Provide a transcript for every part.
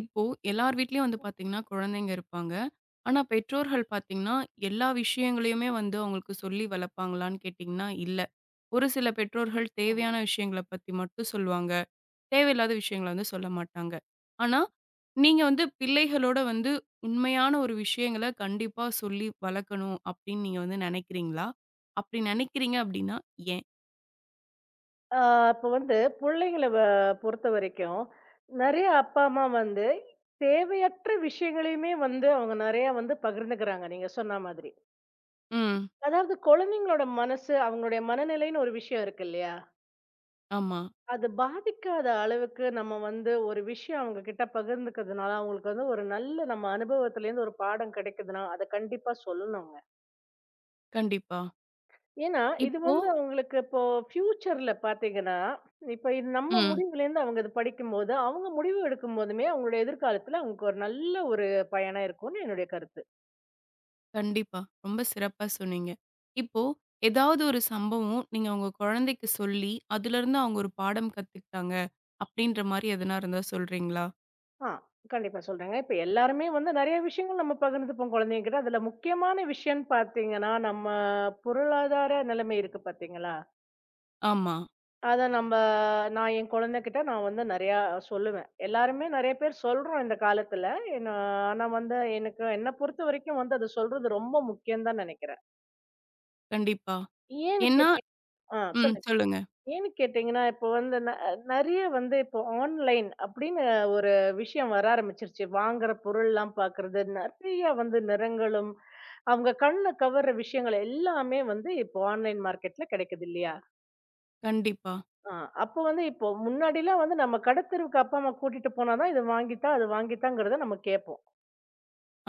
இப்போ எல்லார் வீட்லயும் வந்து பார்த்தீங்கன்னா, குழந்தைங்க இருப்பாங்க. ஆனா பெற்றோர்கள் பார்த்தீங்கன்னா, எல்லா விஷயங்களையுமே வந்து அவங்களுக்கு சொல்லி வளர்ப்பாங்களான்னு கேட்டிங்கன்னா, இல்ல. ஒரு சில பெற்றோர்கள் தேவையான விஷயங்கள பத்தி மட்டும் சொல்லுவாங்க. தேவையில்லாத விஷயங்கள வந்து சொல்ல மாட்டாங்க. ஆனா, நீங்க வந்து பிள்ளைகளோட வந்து உண்மையான ஒரு விஷயங்கள கண்டிப்பா சொல்லி வளர்க்கணும் அப்படின்னு நீங்க வந்து நினைக்கிறீங்களா? அப்படி நினைக்கிறீங்க அப்படின்னா ஏன்? ஆ அப்ப வந்து புள்ளைங்கள வ பொறுத்தவரைக்கும், நெறைய அப்பா, அம்மா வந்து தேவையற்ற விஷயங்களையுமே வந்து அவங்க நெறைய வந்து பகிர்ந்துக்கிறாங்க, நீங்க சொன்ன மாதிரி. ம். அதாவது குழந்தைங்களோட மனசு, அவங்களுடைய மனநிலைன்னு ஒரு விஷயம் இருக்கு இல்லையா? ஆமா. அது பாதிக்காத அளவுக்கு நம்ம வந்து ஒரு விஷயம் அவங்க கிட்ட பகிர்ந்துக்கிறதுனால, அவங்களுக்கு வந்து ஒரு நல்ல நம்ம அனுபவத்திலேருந்து ஒரு பாடம் கிடைக்குதுன்னா, அத கண்டிப்பா சொல்லணுங்க. கண்டிப்பா. ஏன்னா, இது இப்போ வந்து அவங்களுக்கு இப்போ ஃபியூச்சர்ல பார்த்தீங்கன்னா, இப்ப இது நம்ம ம். முடிவுலேருந்து அவங்க இது படிக்கும்போது, அவங்க முடிவு எடுக்கும்போதுமே அவங்களுடைய எதிர்காலத்துல அவங்களுக்கு ஒரு நல்ல ஒரு பயனா இருக்கும்னு என்னுடைய கருத்து. கண்டிப்பா. ரொம்ப சிறப்பா சொன்னீங்க. இப்போ ஏதாவது ஒரு சம்பவம் நீங்க உங்க குழந்தைக்கு சொல்லி, அதுலருந்து அவங்க ஒரு பாடம் கத்துக்கிட்டாங்க, அப்படின்ற மாரி எதனா இருந்தா சொல்றீங்களா? ஆ கண்டிப்பா சொல்றேங்க. இப்ப எல்லாருமே வந்து நெறைய விஷயங்கள் நம்ம பகிர்ந்துப்போம் குழந்தைங்ககிட்ட. அதுல முக்கியமான விஷயம்னு பார்த்தீங்கன்னா, நம்ம பொருளாதார நிலைமை இருக்கு பார்த்தீங்களா? ஆமா. அதான் நம்ப நான் என் குழந்தைகிட்ட வந்து நெறையா சொல்லுவேன். எல்லாருமே நெறைய பேர் சொல்றோம் இந்த காலத்துல. என்ன ஆனா வந்து எனக்கு என்ன பொறுத்தவரைக்கும் வந்து அத சொல்றது ரொம்ப முக்கியம் தான் நெனைக்கிறேன். கண்டிப்பா. ஏன்னு ஏன்னா கேட்டீங் ஆ ம். சொல்லுங்க. சொல்லுங்க. ஏன்னு கேட்டீங்கன்னா, இப்போ வந்து நெறைய வந்து இப்போ ஆன்லைன் அப்படின்னு ஒரு விஷயம் வர ஆரம்பிச்சிருச்சு. வாங்குற பொருள்லாம் பாக்குறது, நெறைய வந்து நிறங்களும், அவங்க கண்ண கவர்ற விஷயங்கள் எல்லாமே வந்து இப்போ ஆன்லைன் மார்க்கெட்ல கிடைக்குது இல்லையா? கண்டிப்பா. ஆ, அப்ப வந்து இப்போ முன்னாடிலாம் வந்து நம்ம கடத்தெருவுக்கு அப்பா அம்மா கூட்டிட்டு போனாதான் இது வாங்கித்தா, அது வாங்கித்தாங்கிறத நம்ம கேட்போம்.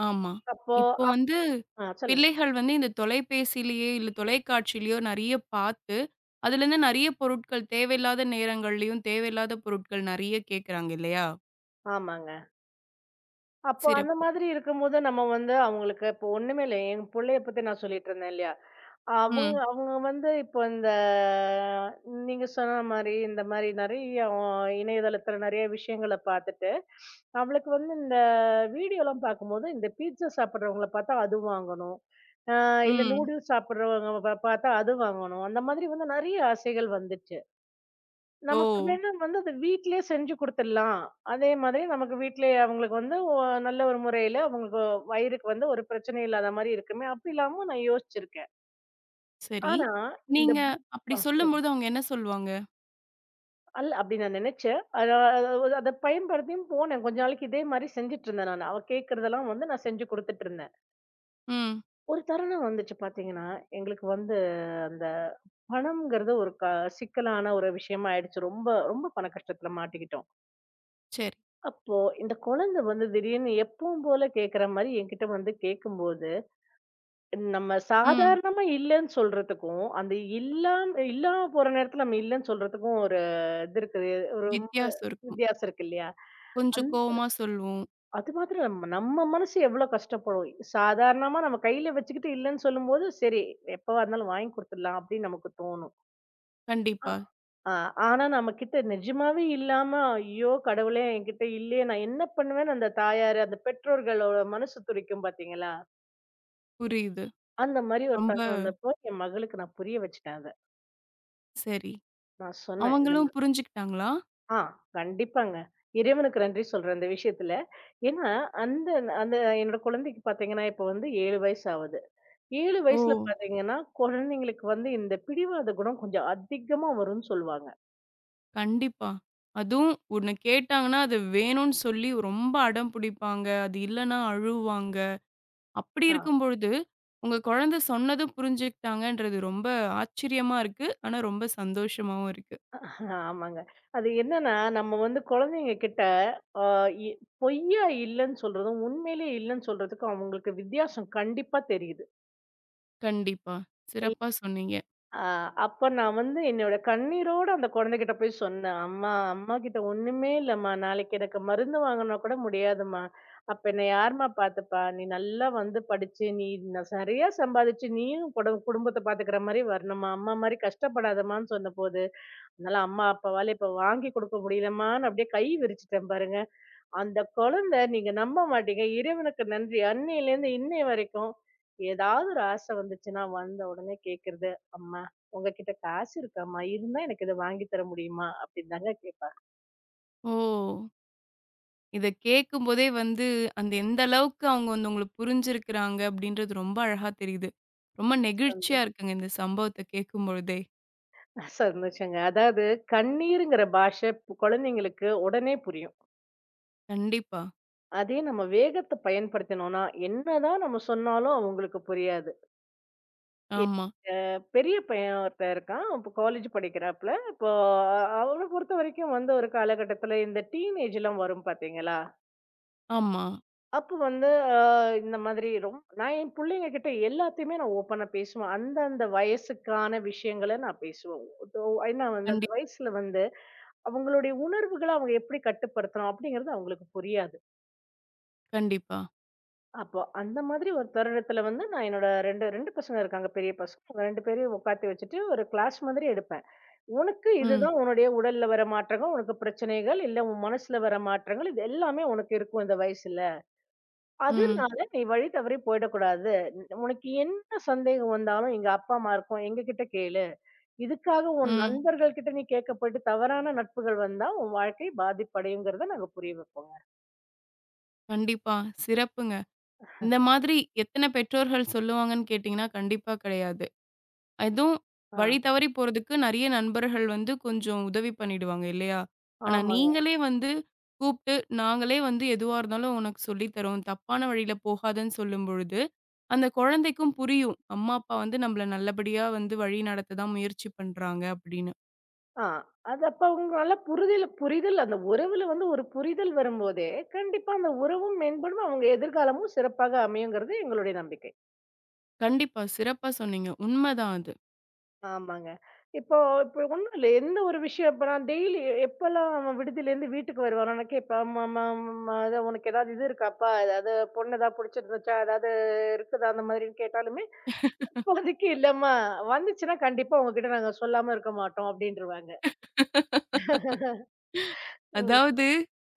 ஆமா. அப்போ இப்போ வந்து ஆ சொல்லுங்க. பிள்ளைகள் வந்து இந்த தொலைபேசியிலேயே, இல்ல தொலைக்காட்சியிலேயோ நெறைய பார்த்து, அதுலேருந்து நெறைய பொருட்கள் தேவையில்லாத நேரங்கள்லயும், தேவையில்லாத பொருட்கள் நெறைய கேட்கறாங்க இல்லையா? ஆமாங்க. அப்போ அந்த சிறப்பு. மாதிரி இருக்கும்போது நம்ம வந்து அவங்களுக்கு இப்போ ஒண்ணுமே இல்ல. என் புள்ளைய பத்தி நான் சொல்லிட்டு இருந்தேன் இல்லையா? அவங்க ம். அவங்க வந்து இப்போ நீங்க சொன்ன மாரி, இந்த மாரி நெறைய இணையதளத்துல நெறைய விஷயங்கள பார்த்துட்டு, அவளுக்கு வந்து வீடியோலாம் பார்க்கும்போது, இந்த பீட்சா சாப்பிடுறவங்கள பார்த்தா அது வாங்கணும். அ இல்ல ம். நூடுல்ஸ் சாப்பிடுறவங்க பார்த்தா அது வாங்கணும். அந்த மாதிரி வந்து நெறைய ஆசைகள் வந்துச்சு. ஓ! நமக்கு வேணா வந்து அத வீட்லயே செஞ்சு குடுத்துடலாம். அதே மாதிரி நமக்கு வீட்லயே அவங்களுக்கு வந்து நல்ல ஒரு முறையில அவங்களுக்கு வயிறுக்கு வந்து ஒரு பிரச்சனையும் இல்லாத மாரி இருக்குமே! அப்டிலாமும் நான் யோசிச்சிருக்கேன். சரி. ஆனா இந்த நீங்க புக் அப்படி ஆ சொல்லுங்க. சொல்லும்போது அவங்க என்ன சொல்லுவாங்க? அல்ல அப்டி நான் நெனச்சேன். அத அத அத பயன்படுத்தியும் போனேன். கொஞ்ச நாளைக்கு இதே மாரி செஞ்சுட்டுருந்தேன் நானு. அவ கேட்கிறதெல்லாம் வந்து நான் செஞ்சு குடுத்துட்டுருந்தேன். ம். ஒரு தருணம் வந்துச்சு பார்த்தீங்கன்னா, எங்களுக்கு வந்து அந்த பணம்ங்கிறது ஒரு க சிக்கலான ஒரு விஷயமா ஆயிடுச்சு. ரொம்ப ரொம்ப பண கஷ்டத்துல மாட்டிக்கிட்டோம். சரி. அப்போ இந்த குழந்தை வந்து திடீர்னு எப்பவும் போல கேக்குற மாரி என்கிட்ட வந்து கேட்கும்போது, நம்ம ம். சாதாரணமா இல்லன்னு சொல்றதுக்கும், இல்லாம் இல்லாம போற நேரத்துல நம்ம இல்லன்னு சொல்றதுக்கும் இது இருக்குது. ஒரு ரொம்ப வித்தியாசம் இருக்கும். வித்தியாசம் இருக்கு இல்லையா? கொஞ்சம் அந் கோவமா சொல்லுவோம். அது மாத்திரம் நம்ம நம்ம மனசு எவ்ளோ கஷ்டப்படும். சாதாரணமா நம்ம கையில வச்சுக்கிட்டு இல்லன்னு சொல்லும்போது, சரி எப்பவா இருந்தாலும் வாங்கி குடுத்துடலாம் அப்படின்னு நமக்கு தோணும். அ கண்டிப்பா. ஆ ஆனா நம்மகிட்ட நிஜமாவே இல்லாம, ஐயோ! கடவுளே, என்கிட்ட இல்லையே! நான் என்ன பண்ணுவேன்னு அந்த தாயாரு, அந்த பெற்றோர்களோட மனசு துடிக்கும் பாத்தீங்களா? புரியுது. அந்த மாரி ஒரு ரொம்ப தருணம் வந்தப்போ, என் மகளுக்கு நான் புரிய வச்சுட்டேன் அத. சரி. நான் சொன்னேன். இந்த மா அவங்களும் புரிஞ்சுக்கிட்டாங்களா? ஆ கண்டிப்பாங்க. இறைவனுக்கு நன்றி சொல்றேன் இந்த விஷயத்துல. ஏன்னா, அந்த அந்த என்னோட குழந்தைக்கு பாத்தீங்கன்னா, இப்போ வந்து 7 வயசு ஆவுது. 7 ஓ! வயசுல பாத்தீங்கன்னா, குழந்தைங்களுக்கு வந்து இந்த பிடிவாத குணம் கொஞ்சம் அதிகமா வரும்னு சொல்லுவாங்க. கண்டிப்பா. அதுவும் ஒண்ணு கேட்டாங்கன்னா, அது வேணும்னு சொல்லி ரொம்ப அடம் புடிப்பாங்க. அது இல்லன்னா அழுவாங்க. அப்படி இருக்கும் பொழுது, உங்க குழந்தை சொன்னதும் புரிஞ்சுக்கிட்டாங்கன்றது ரொம்ப ஆச்சரியமா இருக்கு. ஆனா ரொம்ப சந்தோஷமாவும் இருக்கு. ஆமாங்க. அது என்னன்னா, நம்ம வந்து குழந்தைங்க கிட்ட அ இ பொய்யா இல்லன்னு சொல்றதும், உண்மையிலேயே இல்லன்னு சொல்றதுக்கும் அவங்களுக்கு வித்தியாசம் கண்டிப்பா தெரியுது. கண்டிப்பா. இல் சிறப்பா சொன்னீங்க. அ அப்ப நான் வந்து என்னோட கண்ணீரோட அந்த குழந்தைகிட்ட போய் சொன்னேன். "அம்மா, அம்மா கிட்ட ஒண்ணுமே இல்லம்மா. நாளைக்கு எனக்கு மருந்து வாங்கனா கூட முடியாதும்மா. அப்ப என்ன யாரும்மா பார்த்துப்பா? நீ நல்லா வந்து படிச்சு, நீ ந சரியா சம்பாதிச்சு, நீயும் குடும்பத்த பார்த்துக்கிற மாரி வரணும்மா. அம்மா மாரி கஷ்டப்படாதம்மான்னு" சொன்னபோது அதனால அம்மா, அப்பாவால இப்ப வாங்கி குடுக்க முடியலம்மான்னு அப்படியே கை விரிச்சுட்டேன் பாருங்க. அந்த குழந்தை, நீங்க நம்ப மாட்டீங்க. இறைவனுக்கு நன்றி. அன்னையிலேருந்து இன்னைய வரைக்கும் ஏதாவது ஒரு ஆசை வந்துச்சுன்னா, வந்த உடனே கேட்கிறது, "அம்மா உங்ககிட்ட காசு இருக்காம்மா? இருந்தா எனக்கு இத வாங்கி தர முடியுமா?" அப்படின்னு தாங்க கேட்பா. ஓ! இத கேட்கும்போதே வந்து, அந்த எந்த அளவுக்கு அவங்க வந்து உங்கள புரிஞ்சிருக்கிறாங்க அப்படின்றது ரொம்ப அழகா தெரியுது. ரொம்ப சந்தோ நெகிழ்ச்சியா இருக்குங்க இந்த சம்பவத்த கேட்கும்பொழுதே. சந்தோஷங்க. அதாவது கண்ணீருங்கிற பாஷை குழந்தைங்களுக்கு உடனே புரியும். கண்டிப்பா. அதே நம்ம வேகத்த பயன்படுத்தினோம்னா, என்னதான் நம்ம சொன்னாலும் அவங்களுக்கு புரியாது. ஆமா, பெரிய பையன் ஒருத்தன் இருக்கான். இப்போ காலேஜ் படிக்கிறாப்புல. இப்போ அவன பொறுத்த வரைக்கும் வந்து ஒரு காலகட்டத்தில இந்த டீனேஜ்லாம் வரும் பார்த்தீங்களா? ஆமா. அப்போ வந்து அ இந்த மாதிரி ரொம் நான் என் புள்ளைங்க கிட்ட எல்லாத்தையுமே நான் ஓப்பனா பேசுவேன். அந்த அந்த வயசுக்கான விஷயங்கள நான் பேசுவேன். தோ ஏன்னா வந்து கண்டி அந்த வயசுல வந்து அவங்களுடைய உணர்வுகள அவங்க எப்படி கட்டுப்படுத்தணும் அப்படிங்கிறது அவங்களுக்கு புரியாது. கண்டிப்பா. அப்போ அந்த மாதிரி ஒரு தருணத்தில வந்து நான் என்னோட 2 பசங்க இருக்காங்க பெரிய பசங்க. அவங்க 2 பேரையும் உட்காத்தி வச்சுட்டு ஒரு கிளாஸ் மாதிரி எடுப்பேன். உனக்கு ம், இதுதான், உன்னுடைய உடல்ல வர மாற்றங்கள், உனக்கு பிரச்சனைகள், இல்ல உன் மனசுல வர மாற்றங்கள், இது எல்லாமே உனக்கு இருக்கும் இந்த வயசுல. ம், அதனால நீ வழி தவறி போயிடக்கூடாது. உனக்கு என்ன சந்தேகம் வந்தாலும் எங்க அப்பா, அம்மா இருக்கோம். எங்ககிட்ட கேளு. இதுக்காக உன் ம். நண்பர்கள் கிட்ட நீ கேட்க போயிட்டு தவறான நட்புகள் வந்தா உன் வாழ்க்கை பாதிப்படையுங்கிறத நாங்க புரிய வைப்போங்க. கண்டிப்பா. சிறப்புங்க. இந்த மாதிரி எத்தன பெற்றோர்கள் சொல்லுவாங்கன்னு கேட்டீங்கன்னா, கண்டிப்பா கிடையாது. அதுவும் ஆ, வழி தவறி போறதுக்கு நெறைய நண்பர்கள் வந்து கொஞ்சம் உதவி பண்ணிடுவாங்க இல்லையா? ஆனா ஆமாங்க. நீங்களே வந்து கூப்ட்டு, நாங்களே வந்து எதுவா இருந்தாலும் உனக்கு சொல்லி தரோம். தப்பான வழியில போகாதன்னு சொல்லும்பொழுது, அந்த குழந்தைக்கும் புரியும். அம்மா, அப்பா வந்து நம்மள நல்லபடியா வந்து வழி நடத்த தான் முயற்சி பண்றாங்க அப்படின்னு. ஆ, அது அப்ப அவங்க நல்லா புரிதல் புரிதல் அந்த உறவுல வந்து ஒரு புரிதல் வரும்போதே, கண்டிப்பா அந்த உறவும் மேம்படும். அவங்க எதிர்காலமும் சிறப்பாக அமையுங்கிறது எங்களுடைய நம்பிக்கை. கண்டிப்பா. சிறப்பா சொன்னீங்க. உண்மதான் அது. ஆமாங்க. இப்போ இப்போ ஒண்ணும் இல்ல. எந்த ஒரு விஷயம் இப்ப நான் டெய்லி எப்பலாம் அவன் விடுதியிலேருந்து வீட்டுக்கு வருவானோ, நான் கேட்பேன். ம ம ம அதான் "உனக்கு ஏதாவது இது இருக்காப்பா? ஏதாவது பொண்ணு ஏதாவது புடிச்சிருந்துச்சா? ஏதாவது இருக்குதா?" அந்த மாதிரின்னு கேட்டாலுமே, "இப்போதைக்கு இல்லம்மா. வந்துச்சுன்னா கண்டிப்பா உங்ககிட்ட நாங்க சொல்லாம இருக்க மாட்டோம்" அப்படின்ருவாங்க. அதாவது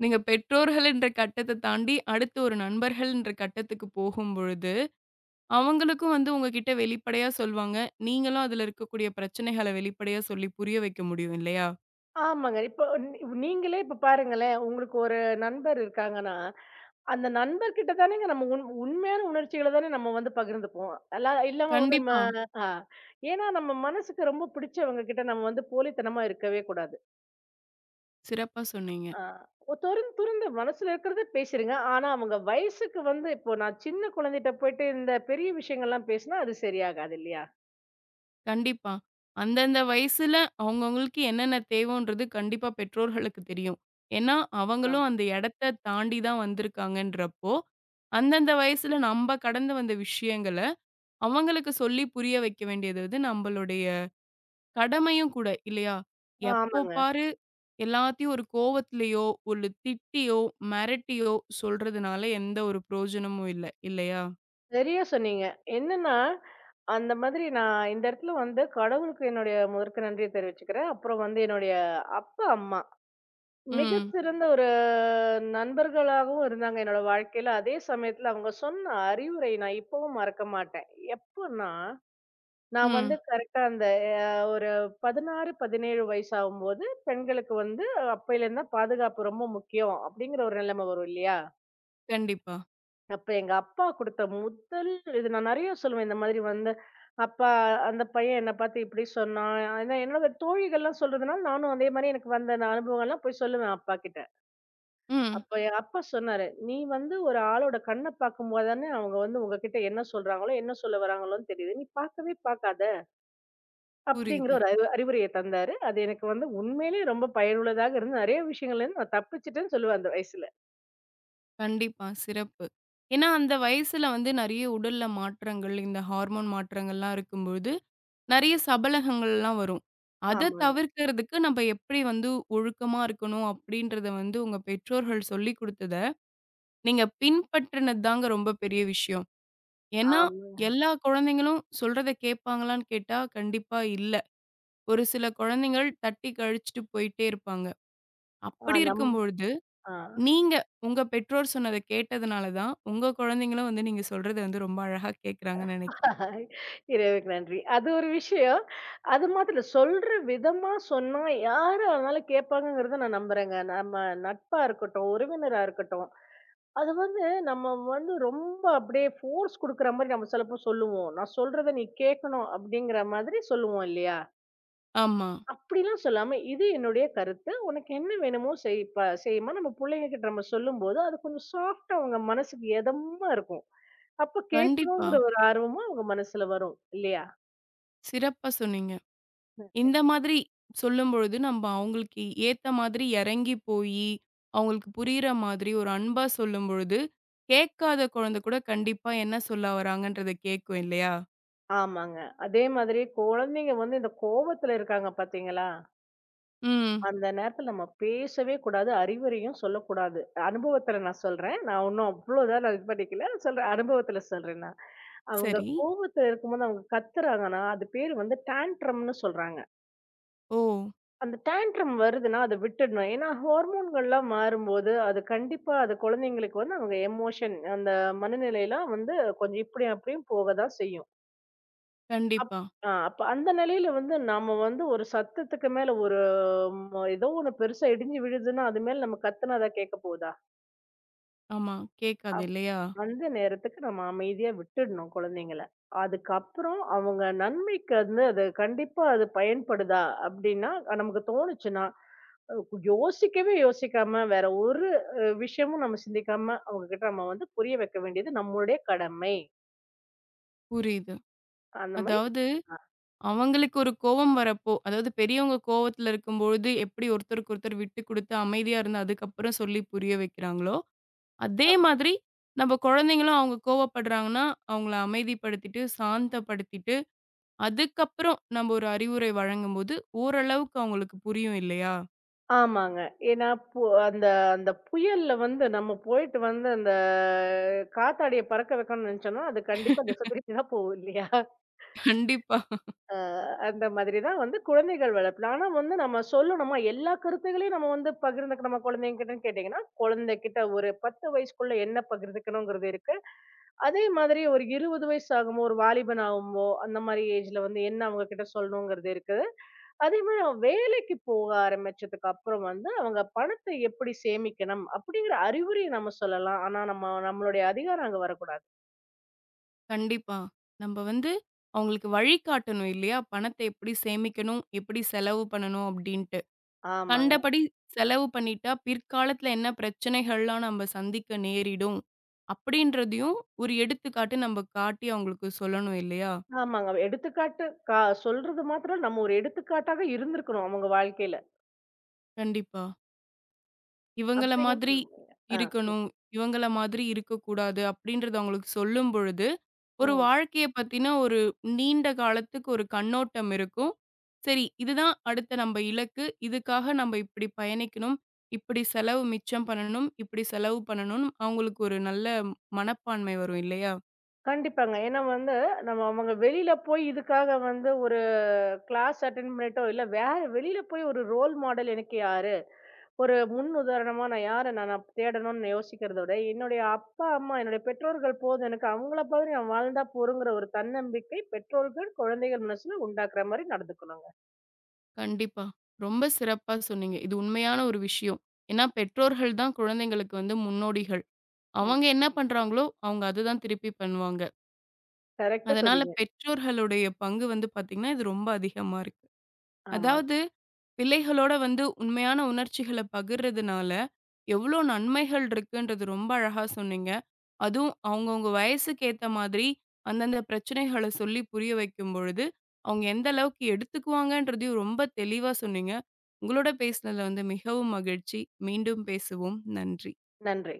நீங்க பெற்றோர்கள்ன்ற கட்டத்த தாண்டி அடுத்து ஒரு நண்பர்கள்ன்ற கட்டத்துக்கு போகும்பொழுது அவங்களுக்கும் வந்து உங்ககிட்ட வெளிப்படையா சொல்வாங்க. நீங்களும் அதுல இருக்கக்கூடிய பிரச்சனைகள வெளிப்படையா சொல்லி புரிய வைக்க முடியும் இல்லையா? ஆமாங்க. இப்போ நீ நீங்களே இப்ப பாருங்களேன், உங்களுக்கு ஒரு நண்பர் இருக்காங்கன்னா, அந்த நண்பர்கிட்ட தானேங்க நம்ம உண்மையான உணர்ச்சிகள தானே நம்ம வந்து பகிர்ந்துப்போம். அல்ல இல்லாம வந்து நம்ம கண்டிப்பா. ஆ ஏன்னா நம்ம மனசுக்கு ரொம்ப பிடிச்சவங்க கிட்ட நம்ம வந்து போலித்தனமா இருக்கவே கூடாது. சிறப்பா சொன்னீங்க. ஆ துறந் துறந்த மனசுல இருக்கிறத பேசுறீங்க. ஆனா அவங்க வயசுக்கு வந்து இப்போ நான் சின்ன குழந்தைட்ட போயிட்டு இந்த பெரிய விஷயங்கள்லாம் பேசினா அது சரியாகாது இல்லையா? கண்டிப்பா. அந்தந்த வயசுல அவங்கவங்களுக்கு என்னென்ன தேவன்றது கண்டிப்பா பெற்றோர்களுக்கு தெரியும். ஏன்னா, அவங்களும் அந்த ஆமா. இடத்த தாண்டி தான் வந்திருக்காங்கன்றப்போ, அந்தந்த வயசுல நம்ப கடந்து வந்த விஷயங்கள அவங்களுக்கு சொல்லி புரிய வைக்க வேண்டியது வந்து நம்மளுடைய கடமையும் கூட இல்லையா? எப்போ ஆமாங்க. பாரு எல்லாத்தையும் ஒரு கோவத்திலயோ, ஒரு திட்டியோ, மிரட்டியோ சொல்றதுனால எந்த ஒரு பிரயோஜனமும் இல்ல. இல்லையா? சரியா சொன்னீங்க. என்னன்னா அந்த மாதிரி நான் இந்த இடத்துல வந்து கடவுளுக்கு என்னுடைய முதற்கு நன்றியை தெரிவிச்சுக்கிறேன். அப்புறம் வந்து என்னுடைய அப்பா, அம்மா ம். மிகச்சிறந்த ஒரு நண்பர்களாகவும் இருந்தாங்க என்னோட வாழ்க்கையில. அதே சமயத்துல அவங்க சொன்ன அறிவுரை நான் இப்பவும் மறக்க மாட்டேன். எப்பன்னா, நான் வந்து ம். கரெக்ட்டா அந்த அ ஒரு 16, 17 வயசு ஆகும்போது பெண்களுக்கு வந்து அப்பயிலேருந்து தான் பாதுகாப்பு ரொம்ப முக்கியம் அப்படிங்கிற ஒரு நிலைமை வரும் இல்லையா? கண்டிப்பா. அப்ப எங்க அப்பா குடுத்த முதல் இது நான் நெறைய சொல்லுவேன். இந்த மாதிரி வந்து, அப்பா, அந்த பையன் என்ன பார்த்து இப்படி சொன்னான். ஏன்னா என்னோட தோழிகள்லாம் சொல்றதுனால, நானும் அதே மாரி எனக்கு வந்த அந்த அனுபவங்கள்லாம் போய் சொல்லுவேன் அப்பாகிட்ட. ம். அப்ப என் அப்பா சொன்னாரு, "நீ வந்து ஒரு ஆளோட கண்ண பார்க்கும்போது தானே அவங்க வந்து உங்ககிட்ட என்ன சொல்றாங்களோ, என்ன சொல்ல வராங்களோன்னு தெரியுது. நீ பார்க்கவே பார்க்காத." அப்படிங்கிற புரியுது. ஒரு அறிவுரைய தந்தாரு. அது எனக்கு வந்து உண்மையிலேயே ரொம்ப பயனுள்ளதாக இருந்து, நெறைய விஷயங்கள்லேருந்து நான் தப்பிச்சுட்டேன்னு சொல்லுவேன் அந்த வயசுல. கண்டிப்பா. சிறப்பு. ஏன்னா அந்த வயசுல வந்து நெறைய உடல்ல மாற்றங்கள், இந்த ஹார்மோன் மாற்றங்கள்லாம் இருக்கும்பொழுது, நெறைய சபலகங்கள்லாம் வரும். அத ஆமாங்க, தவிர்க்கிறதுக்கு நம்ம எப்படி வந்து ஒழுக்கமா இருக்கணும் அப்படின்றத வந்து உங்க பெற்றோர்கள் சொல்லிக் குடுத்தத, நீங்க பின்பற்றினது தாங்க ரொம்ப பெரிய விஷயம். ஏன்னா, ஆமாங்க. எல்லா குழந்தைங்களும் சொல்றத கேட்பாங்களான்னு கேட்டா, கண்டிப்பா இல்ல. ஒரு சில குழந்தைகள் தட்டி கழிச்சுட்டு போயிட்டே இருப்பாங்க. ஆ அப்படி நம் இருக்கும்பொழுது, ஆ. நீங்க உங்க பெற்றோர் சொன்னத கேட்டதுனால தான், உங்க குழந்தைங்களும் வந்து நீங்க சொல்றத வந்து ரொம்ப அழகா கேட்கறாங்கன்னு நெனைக்கிறேன். இறைவனுக்கு நன்றி. அது ஒரு விஷயம். அது மாத்திரம் இல்ல. சொல்ற விதமா சொன்னா யாரு ஆனாலும் கேட்பாங்கங்கிறத நான் நம்புறேங்க. நம்ம நட்பா இருக்கட்டும், உறவினரா இருக்கட்டும். அது வந்து நம்ம வந்து ரொம்ப அப்படியே ஃபோர்ஸ் குடுக்குற மாரி நம்ம சிலப்போ சொல்லுவோம். நான் சொல்றத நீ கேட்கணும் அப்படிங்கிற மாதிரி சொல்லுவோம் இல்லையா? ஆமா. அப்படிலாம் சொல்லாம, இது என்னுடைய கருத்து. உனக்கு என்ன வேணுமோ செய்யுமா நம்ம புள்ளைங்க கிட்ட நம்ம சொல்லும்போது, அது கொஞ்சம் சாஃப்ட்டா அவங்க மனசுக்கு எதமா இருக்கும். அப்ப கண்டிப்பா. கேட்கணுங்கிற ஒரு ஆர்வமும் அவங்க மனசுல வரும் இல்லையா? சிறப்பா சொன்னீங்க. ஓகே. இந்த மாதிரி சொல்லும்பொழுது, நம்ப அவங்களுக்கு ஏத்த மாதிரி இறங்கி போயி, அவங்களுக்கு புரியிற மாதிரி ஒரு அன்பா சொல்லும்பொழுது, கேட்காத குழந்தை கூட கண்டிப்பா என்ன சொல்ல வராங்கன்றத கேட்கும் இல்லையா? ஆமாங்க. அதே மாதிரி குழந்தைங்க வந்து இந்த கோவத்துல இருக்காங்க பார்த்தீங்களா? ம். அந்த நேரத்துல நம்ம பேசவே கூடாது. அறிவுரையும் சொல்லக்கூடாது. அனுபவத்துல நான் சொல்றேன். நான் ஒண்ணும் அவ்ளோ இதா நான் இது பண்ணிக்கல. சொல்றேன். அனுபவத்துல சொல்றேன் நான். அவங்க சரி. கோவத்துல இருக்கும்போது அவங்க கத்துறாங்கன்னா, அது பேரு வந்து டான்ட்ரம்ன்னு சொல்றாங்க. ஓ! அந்த டான்ட்ரம் வருதுன்னா அத விட்டுடணும். ஏன்னா ஹார்மோன்கள்லாம் மாறும்போது, அது கண்டிப்பா அது குழந்தைங்களுக்கு வந்து அவங்க எமோஷன் அந்த மனநிலைலாம் வந்து கொஞ்சம் இப்படியும் அப்படியும் போக தான் செய்யும். அப் கண்டிப்பா. அப்ப அந்த நிலையில வந்து நாம வந்து ஒரு சத்தத்துக்கு மேல ஒரு ஏதோ ஒண்ணு பெருசா இடிஞ்சு விழுதுன்னா, அது மேல நம்ம கத்துனா அத கேட்க போகுதா? ஆமா. கேட்காது அப் இல்லையா? அந்த நேரத்துக்கு நம்ம அமைதியா விட்டுடணும் குழந்தைங்கள. அதுக்கப்புறம் அவங்க நன்மைக்கு வந்து அது கண்டிப்பா அது பயன்படுதா அப்படின்னா, நமக்கு தோணுச்சுன்னா, யோசிக்கவே யோசிக்காம வேற ஒரு விஷயமும் நம்ம சிந்திக்காம அவங்க கிட்ட நம்ம வந்து புரிய வைக்க வேண்டியது நம்மளுடைய கடமை. புரியுது. அந்த மாரி அதாவது ஆ அவங்களுக்கு ஒரு கோவம் வரப்போ, அதாவது பெரியவங்க கோவத்துல இருக்கும்பொழுது எப்படி ஒருத்தருக்கு ஒருத்தர் விட்டு குடுத்து அமைதியா இருந்து அதுக்கப்புறம் சொல்லி புரிய வைக்கிறாங்களோ, அதே ஆமா. மாதிரி நம்ம குழந்தைங்களும் அவங்க கோவப்படுறாங்கன்னா, அவங்கள அமைதிப்படுத்திட்டு, சாந்தப்படுத்திட்டு, அதுக்கப்புறம் நம்ம ஒரு அறிவுரை வழங்கும்போது ஓரளவுக்கு அவங்களுக்கு புரியும் இல்லையா? ஆமாங்க. ஏன்னா பு அந்த அந்த புயல்ல வந்து நம்ம போயிட்டு வந்து அந்த காத்தாடிய பறக்க வைக்கணும்னு நெனச்சோம்னா, அது கண்டிப்பா திசை திருப்பி தான் போகும் இல்லையா? கண்டிப்பா. அ அந்த மாதிரி தான் வந்து குழந்தைகள் வளர்ப்புல. ஆனா வந்து நம்ம சொல்லணுமா, எல்லா கருத்துகளையும் நம்ம வந்து பகிர்ந்துக்க நம்ம குழந்தைங்ககிட்டன்னு கேட்டீங்கன்னா, குழந்தைகிட்ட ஒரு 10 வயசுக்குள்ள என்ன பகிர்ந்துக்கணுங்கிறது இருக்கு. அதே மாதிரி ஒரு 20 வயசு ஆகுமோ, ஒரு வாலிபன் ஆகும்போ, அந்த மாரி ஏஜ்ல வந்து என்ன அவங்க கிட்ட சொல்லணுங்கிறது இருக்கு. அதே மாரி அவன் வேலைக்கு போக ஆரம்பிச்சதுக்கு அப்புறம் வந்து, அவங்க பணத்தை எப்படி சேமிக்கணும் அப்படிங்கிற அறிவுரைய நம்ம சொல்லலாம். ஆனா, நம்மளுடைய அதிகாரம் அங்க வரக்கூடாது. கண்டிப்பா. நம்ப வந்து அவங்களுக்கு வழிகாட்டணும் இல்லையா? பணத்த எப்படி சேமிக்கணும்? எப்படி செலவு பண்ணணும்? அப்படின்ட்டு. ஆமாங்க. கண்டபடி செலவு பண்ணிட்டா, பிற்காலத்துல என்ன பிரச்சனைகள்லாம் நம்ப சந்திக்க நேரிடும்? அப்படின்றதையும் ஒரு எடுத்துக்காட்டு நம்ப காட்டி அவங்களுக்கு சொல்லணும் இல்லையா? ஆமாங்க. எடுத்துக்காட்டு கா சொல்றது மாத்திரம் இல்ல, நம்ம ஒரு எடுத்துக்காட்டாக இருந்திருக்கணும் அவங்க வாழ்க்கையில. கண்டிப்பா. இவங்கள அப்படிங்கிறது மாதிரி நம்ம ஆ. சொல்லு. இருக்கணும். இவங்கள மாதிரி இருக்கக்கூடாது. அப்படின்றத அவங்களுக்கு சொல்லும் பொழுது ஒரு ம். வாழ்க்கைய பத்தின ஒரு நீண்ட காலத்துக்கு ஒரு கண்ணோட்டம் இருக்கும். சரி, இதுதான் அடுத்த நம்ப இலக்கு. இதுக்காக நம்ப இப்படி பயணிக்கணும். இப்படி செலவு மிச்சம் பண்ணணும். இப்படி செலவு பண்ணணும்னு அவங்களுக்கு ஒரு நல்ல மனப்பான்மை வரும் இல்லையா? கண்டிப்பாங்க. ஏன்னா வந்து, நம்ம அவங்க வெளியில போய் இதுக்காக வந்து ஒரு கிளாஸ் அட்டெண்ட் பண்ணிட்டோ, இல்ல வேற வெளியில போய் ஒரு ரோல் மாடல் எனக்கு யாரு? ஒரு முன் உதாரணமா நான் யார நான் நான் தேடணும்னு யோசிக்கிறத விட, என்னுடைய அப்பா, அம்மா, என்னுடைய பெற்றோர்கள் போதும். எனக்கு அவங்கள மாதிரி நான் வாழ்ந்தா போதுங்கிற ஒரு தன்னம்பிக்கை பெற்றோர்கள், குழந்தைகள் மனசுல உண்டாக்குற மாரி நடந்துக்கணுங்க. கண்டிப்பா. ரொம்ப சிறப்பா சொன்னீங்க. இது உண்மையான ஒரு விஷயம். ஏன்னா பெற்றோர்கள் தான் குழந்தைங்களுக்கு வந்து முன்னோடிகள். நன் அவங்க என்ன பண்றாங்களோ, அவங்க அதுதான் திருப்பி பண்ணுவாங்க. கரெக்ட்டா அதனால சொன்னீங்க. பெற்றோர்களுடைய பங்கு வந்து பாத்தீங்கன்னா, இது ரொம்ப அதிகமா இருக்கு. ஆமாங்க. அதாவது பிள்ளைகளோட வந்து உண்மையான உணர்ச்சிகள பகிர்றதுனால, எவ்ளோ நன்மைகள் இருக்குன்றது ரொம்ப அழகா சொன்னீங்க. அதுவும் அவங்கவங்க வயசுக்கு ஏத்த மாதிரி, அந்தந்த பிரச்சனைகள சொல்லி புரிய வைக்கும் பொழுது, அவங்க எந்த அளவுக்கு எடுத்துக்குவாங்கன்றதையும் ரொம்ப தெளிவா சொன்னீங்க. உங்களோட பேசினதுல வந்து மிகவும் மகிழ்ச்சி. மீண்டும் பேசுவோம். நன்றி. நன்றி.